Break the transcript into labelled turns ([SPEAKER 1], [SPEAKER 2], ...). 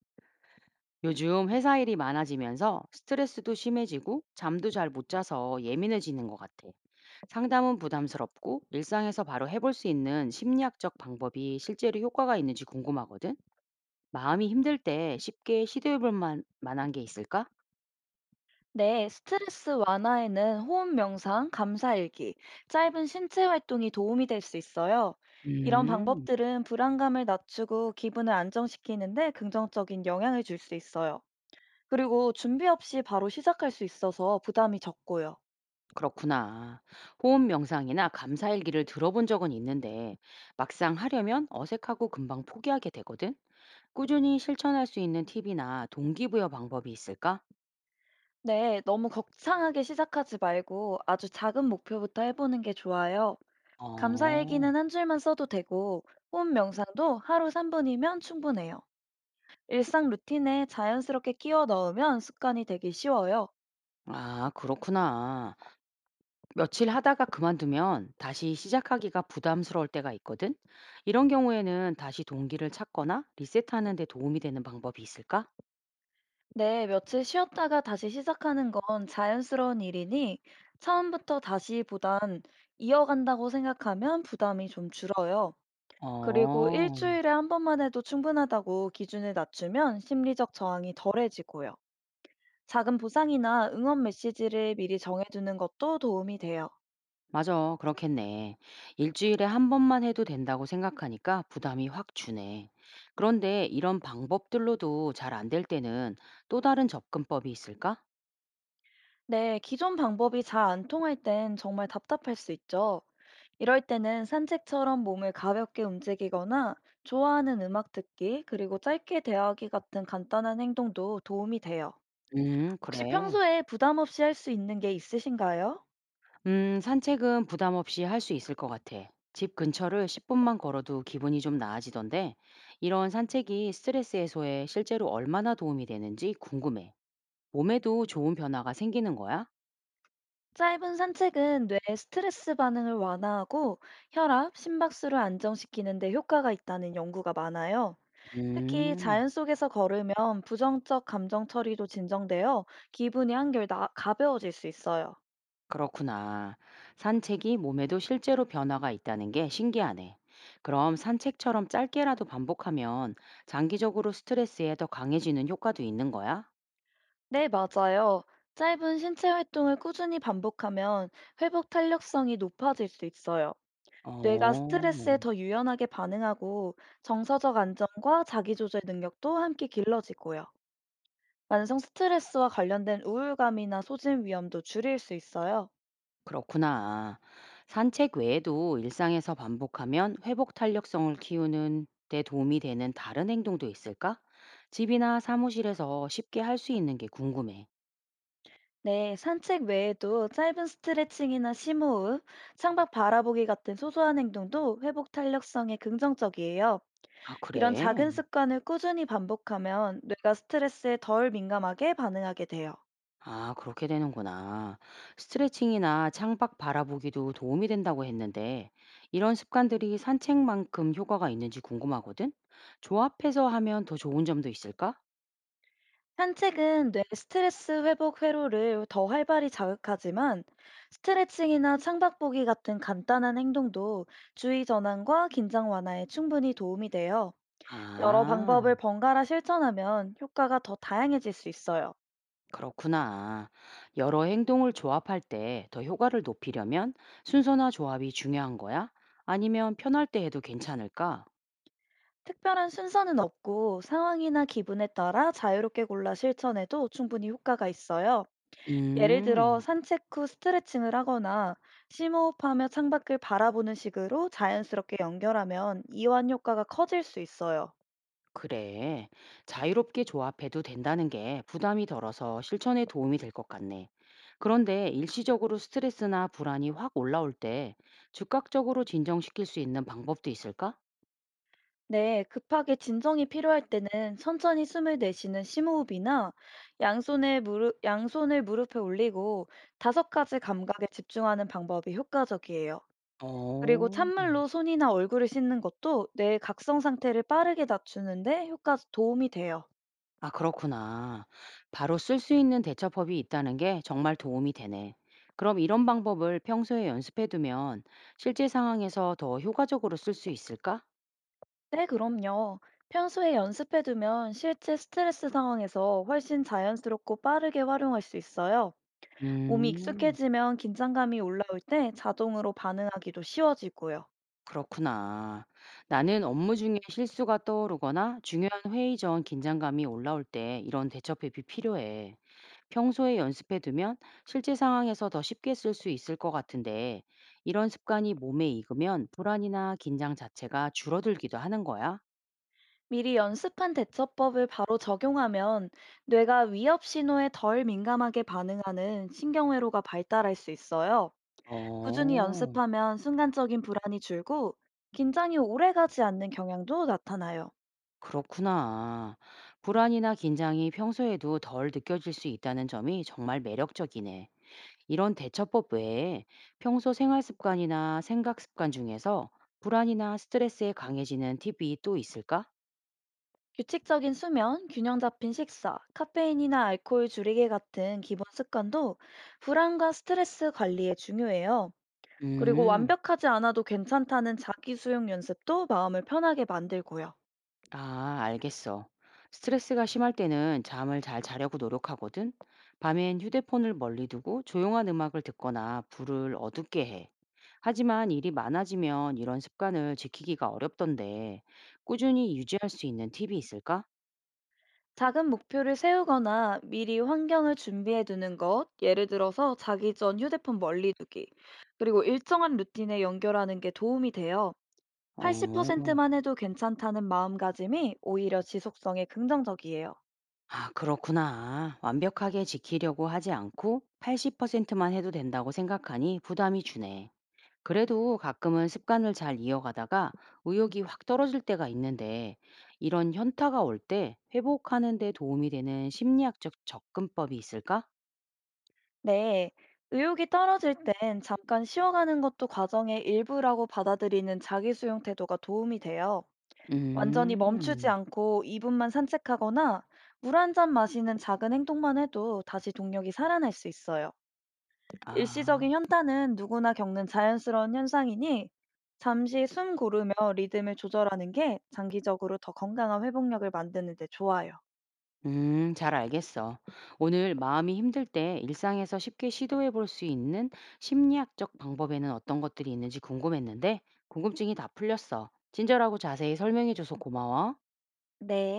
[SPEAKER 1] 요즘 회사 일이 많아지면서 스트레스도 심해지고 잠도 잘 못 자서 예민해지는 것 같아. 상담은 부담스럽고 일상에서 바로 해볼 수 있는 심리학적 방법이 실제로 효과가 있는지 궁금하거든. 마음이 힘들 때 쉽게 시도해볼 한게 있을까?
[SPEAKER 2] 네, 스트레스 완화에는 호흡 명상, 감사일기, 짧은 신체 활동이 도움이 될 수 있어요. 이런
[SPEAKER 1] 음,
[SPEAKER 2] 방법들은 불안감을 낮추고 기분을 안정시키는데 긍정적인 영향을 줄 수 있어요. 그리고 준비 없이 바로 시작할 수 있어서 부담이 적고요.
[SPEAKER 1] 그렇구나. 호흡 명상이나 감사일기를 들어본 적은 있는데 막상 하려면 어색하고 금방 포기하게 되거든. 꾸준히 실천할 수 있는 팁이나 동기부여 방법이 있을까?
[SPEAKER 2] 네, 너무 거창하게 시작하지 말고 아주 작은 목표부터 해보는 게 좋아요.
[SPEAKER 1] 어.
[SPEAKER 2] 감사일기는 한 줄만 써도 되고, 호흡 명상도 하루 3분이면 충분해요. 일상 루틴에 자연스럽게 끼워 넣으면 습관이 되기 쉬워요.
[SPEAKER 1] 아, 그렇구나. 며칠 하다가 그만두면 다시 시작하기가 부담스러울 때가 있거든? 이런 경우에는 다시 동기를 찾거나 리셋하는 데 도움이 되는 방법이 있을까?
[SPEAKER 2] 네, 며칠 쉬었다가 다시 시작하는 건 자연스러운 일이니 처음부터 다시보단 이어간다고 생각하면 부담이 좀 줄어요. 그리고
[SPEAKER 1] 어,
[SPEAKER 2] 일주일에 한 번만 해도 충분하다고 기준을 낮추면 심리적 저항이 덜해지고요. 작은 보상이나 응원 메시지를 미리 정해두는 것도 도움이 돼요.
[SPEAKER 1] 맞아. 그렇겠네. 일주일에 한 번만 해도 된다고 생각하니까 부담이 확 주네. 그런데 이런 방법들로도 잘 안 될 때는 또 다른 접근법이 있을까?
[SPEAKER 2] 네, 기존 방법이 잘 안 통할 땐 정말 답답할 수 있죠. 이럴 때는 산책처럼 몸을 가볍게 움직이거나 좋아하는 음악 듣기, 그리고 짧게 대화하기 같은 간단한 행동도 도움이 돼요. 혹시
[SPEAKER 1] 그래.
[SPEAKER 2] 평소에 부담 없이 할 수 있는 게 있으신가요?
[SPEAKER 1] 산책은 부담 없이 할 수 있을 것 같아. 집 근처를 10분만 걸어도 기분이 좀 나아지던데, 이런 산책이 스트레스 해소에 실제로 얼마나 도움이 되는지 궁금해. 몸에도 좋은 변화가 생기는 거야?
[SPEAKER 2] 짧은 산책은 뇌의 스트레스 반응을 완화하고 혈압, 심박수를 안정시키는 데 효과가 있다는 연구가 많아요. 특히
[SPEAKER 1] 음,
[SPEAKER 2] 자연 속에서 걸으면 부정적 감정 처리도 진정되어 기분이 한결 가벼워질 수 있어요.
[SPEAKER 1] 그렇구나. 산책이 몸에도 실제로 변화가 있다는 게 신기하네. 그럼 산책처럼 짧게라도 반복하면 장기적으로 스트레스에 더 강해지는 효과도 있는 거야?
[SPEAKER 2] 네, 맞아요. 짧은 신체 활동을 꾸준히 반복하면 회복 탄력성이 높아질 수 있어요. 뇌가
[SPEAKER 1] 어.
[SPEAKER 2] 스트레스에 더 유연하게 반응하고 정서적 안정과 자기조절 능력도 함께 길러지고요. 만성 스트레스와 관련된 우울감이나 소진 위험도 줄일 수 있어요.
[SPEAKER 1] 그렇구나. 산책 외에도 일상에서 반복하면 회복 탄력성을 키우는 데 도움이 되는 다른 행동도 있을까? 집이나 사무실에서 쉽게 할 수 있는 게 궁금해.
[SPEAKER 2] 네, 산책 외에도 짧은 스트레칭이나 심호흡, 창밖 바라보기 같은 소소한 행동도 회복 탄력성에 긍정적이에요.
[SPEAKER 1] 아,
[SPEAKER 2] 이런 작은
[SPEAKER 1] 그래?
[SPEAKER 2] 습관을 꾸준히 반복하면 뇌가 스트레스에 덜 민감하게 반응하게 돼요.
[SPEAKER 1] 아, 그렇게 되는구나. 스트레칭이나 창밖 바라보기도 도움이 된다고 했는데, 이런 습관들이 산책만큼 효과가 있는지 궁금하거든? 조합해서 하면 더 좋은 점도 있을까?
[SPEAKER 2] 산책은 뇌 스트레스 회복 회로를 더 활발히 자극하지만 스트레칭이나 창밖 보기 같은 간단한 행동도 주의 전환과 긴장 완화에 충분히 도움이 돼요. 여러
[SPEAKER 1] 아.
[SPEAKER 2] 방법을 번갈아 실천하면 효과가 더 다양해질 수 있어요.
[SPEAKER 1] 그렇구나. 여러 행동을 조합할 때 더 효과를 높이려면 순서나 조합이 중요한 거야? 아니면 편할 때 해도 괜찮을까?
[SPEAKER 2] 특별한 순서는 없고 상황이나 기분에 따라 자유롭게 골라 실천해도 충분히 효과가 있어요. 예를 들어
[SPEAKER 1] 음,
[SPEAKER 2] 산책 후 스트레칭을 하거나 심호흡하며 창밖을 바라보는 식으로 자연스럽게 연결하면 이완 효과가 커질 수 있어요.
[SPEAKER 1] 그래. 자유롭게 조합해도 된다는 게 부담이 덜어서 실천에 도움이 될 것 같네. 그런데 일시적으로 스트레스나 불안이 확 올라올 때 즉각적으로 진정시킬 수 있는 방법도 있을까?
[SPEAKER 2] 네, 급하게 진정이 필요할 때는 천천히 숨을 내쉬는 심호흡이나 양손을 무릎에 올리고 다섯 가지 감각에 집중하는 방법이 효과적이에요. 그리고
[SPEAKER 1] 어.
[SPEAKER 2] 찬물로 손이나 얼굴을 씻는 것도 뇌의 각성 상태를 빠르게 낮추는데 효과 도움이 돼요.
[SPEAKER 1] 아, 그렇구나. 바로 쓸 수 있는 대처법이 있다는 게 정말 도움이 되네. 그럼 이런 방법을 평소에 연습해 두면 실제 상황에서 더 효과적으로 쓸 수 있을까?
[SPEAKER 2] 네, 그럼요. 평소에 연습해두면 실제 스트레스 상황에서 훨씬 자연스럽고 빠르게 활용할 수 있어요. 몸이
[SPEAKER 1] 음,
[SPEAKER 2] 익숙해지면 긴장감이 올라올 때 자동으로 반응하기도 쉬워지고요.
[SPEAKER 1] 그렇구나. 나는 업무 중에 실수가 떠오르거나 중요한 회의 전 긴장감이 올라올 때 이런 대처법이 필요해. 평소에 연습해 두면 실제 상황에서 더 쉽게 쓸 수 있을 것 같은데 이런 습관이 몸에 익으면 불안이나 긴장 자체가 줄어들기도 하는 거야?
[SPEAKER 2] 미리 연습한 대처법을 바로 적용하면 뇌가 위협 신호에 덜 민감하게 반응하는 신경회로가 발달할 수 있어요. 꾸준히
[SPEAKER 1] 어.
[SPEAKER 2] 연습하면 순간적인 불안이 줄고 긴장이 오래 가지 않는 경향도 나타나요.
[SPEAKER 1] 그렇구나. 불안이나 긴장이 평소에도 덜 느껴질 수 있다는 점이 정말 매력적이네. 이런 대처법 외에 평소 생활 습관이나 생각 습관 중에서 불안이나 스트레스에 강해지는 팁이 또 있을까?
[SPEAKER 2] 규칙적인 수면, 균형 잡힌 식사, 카페인이나 알코올 줄이기 같은 기본 습관도 불안과 스트레스 관리에 중요해요. 그리고
[SPEAKER 1] 음.
[SPEAKER 2] 완벽하지 않아도 괜찮다는 자기 수용 연습도 마음을 편하게 만들고요.
[SPEAKER 1] 아, 알겠어. 스트레스가 심할 때는 잠을 잘 자려고 노력하거든. 밤엔 휴대폰을 멀리 두고 조용한 음악을 듣거나 불을 어둡게 해. 하지만 일이 많아지면 이런 습관을 지키기가 어렵던데, 꾸준히 유지할 수 있는 팁이 있을까?
[SPEAKER 2] 작은 목표를 세우거나 미리 환경을 준비해 두는 것, 예를 들어서 자기 전 휴대폰 멀리 두기, 그리고 일정한 루틴에 연결하는 게 도움이 돼요.
[SPEAKER 1] 어,
[SPEAKER 2] 80%만 해도 괜찮다는 마음가짐이 오히려 지속성에 긍정적이에요.
[SPEAKER 1] 아, 그렇구나. 완벽하게 지키려고 하지 않고 80%만 해도 된다고 생각하니 부담이 주네. 그래도 가끔은 습관을 잘 이어가다가 의욕이 확 떨어질 때가 있는데 이런 현타가 올 때 회복하는 데 도움이 되는 심리학적 접근법이 있을까?
[SPEAKER 2] 네. 의욕이 떨어질 땐 잠깐 쉬어가는 것도 과정의 일부라고 받아들이는 자기 수용 태도가 도움이 돼요. 완전히 멈추지
[SPEAKER 1] 음,
[SPEAKER 2] 않고 2분만 산책하거나 물 한잔 마시는 작은 행동만 해도 다시 동력이 살아날 수 있어요.
[SPEAKER 1] 아,
[SPEAKER 2] 일시적인 현타는 누구나 겪는 자연스러운 현상이니 잠시 숨 고르며 리듬을 조절하는 게 장기적으로 더 건강한 회복력을 만드는 데 좋아요.
[SPEAKER 1] 잘 알겠어. 오늘 마음이 힘들 때 일상에서 쉽게 시도해 볼 수 있는 심리학적 방법에는 어떤 것들이 있는지 궁금했는데 궁금증이 다 풀렸어. 친절하고 자세히 설명해 줘서 고마워.
[SPEAKER 2] 네.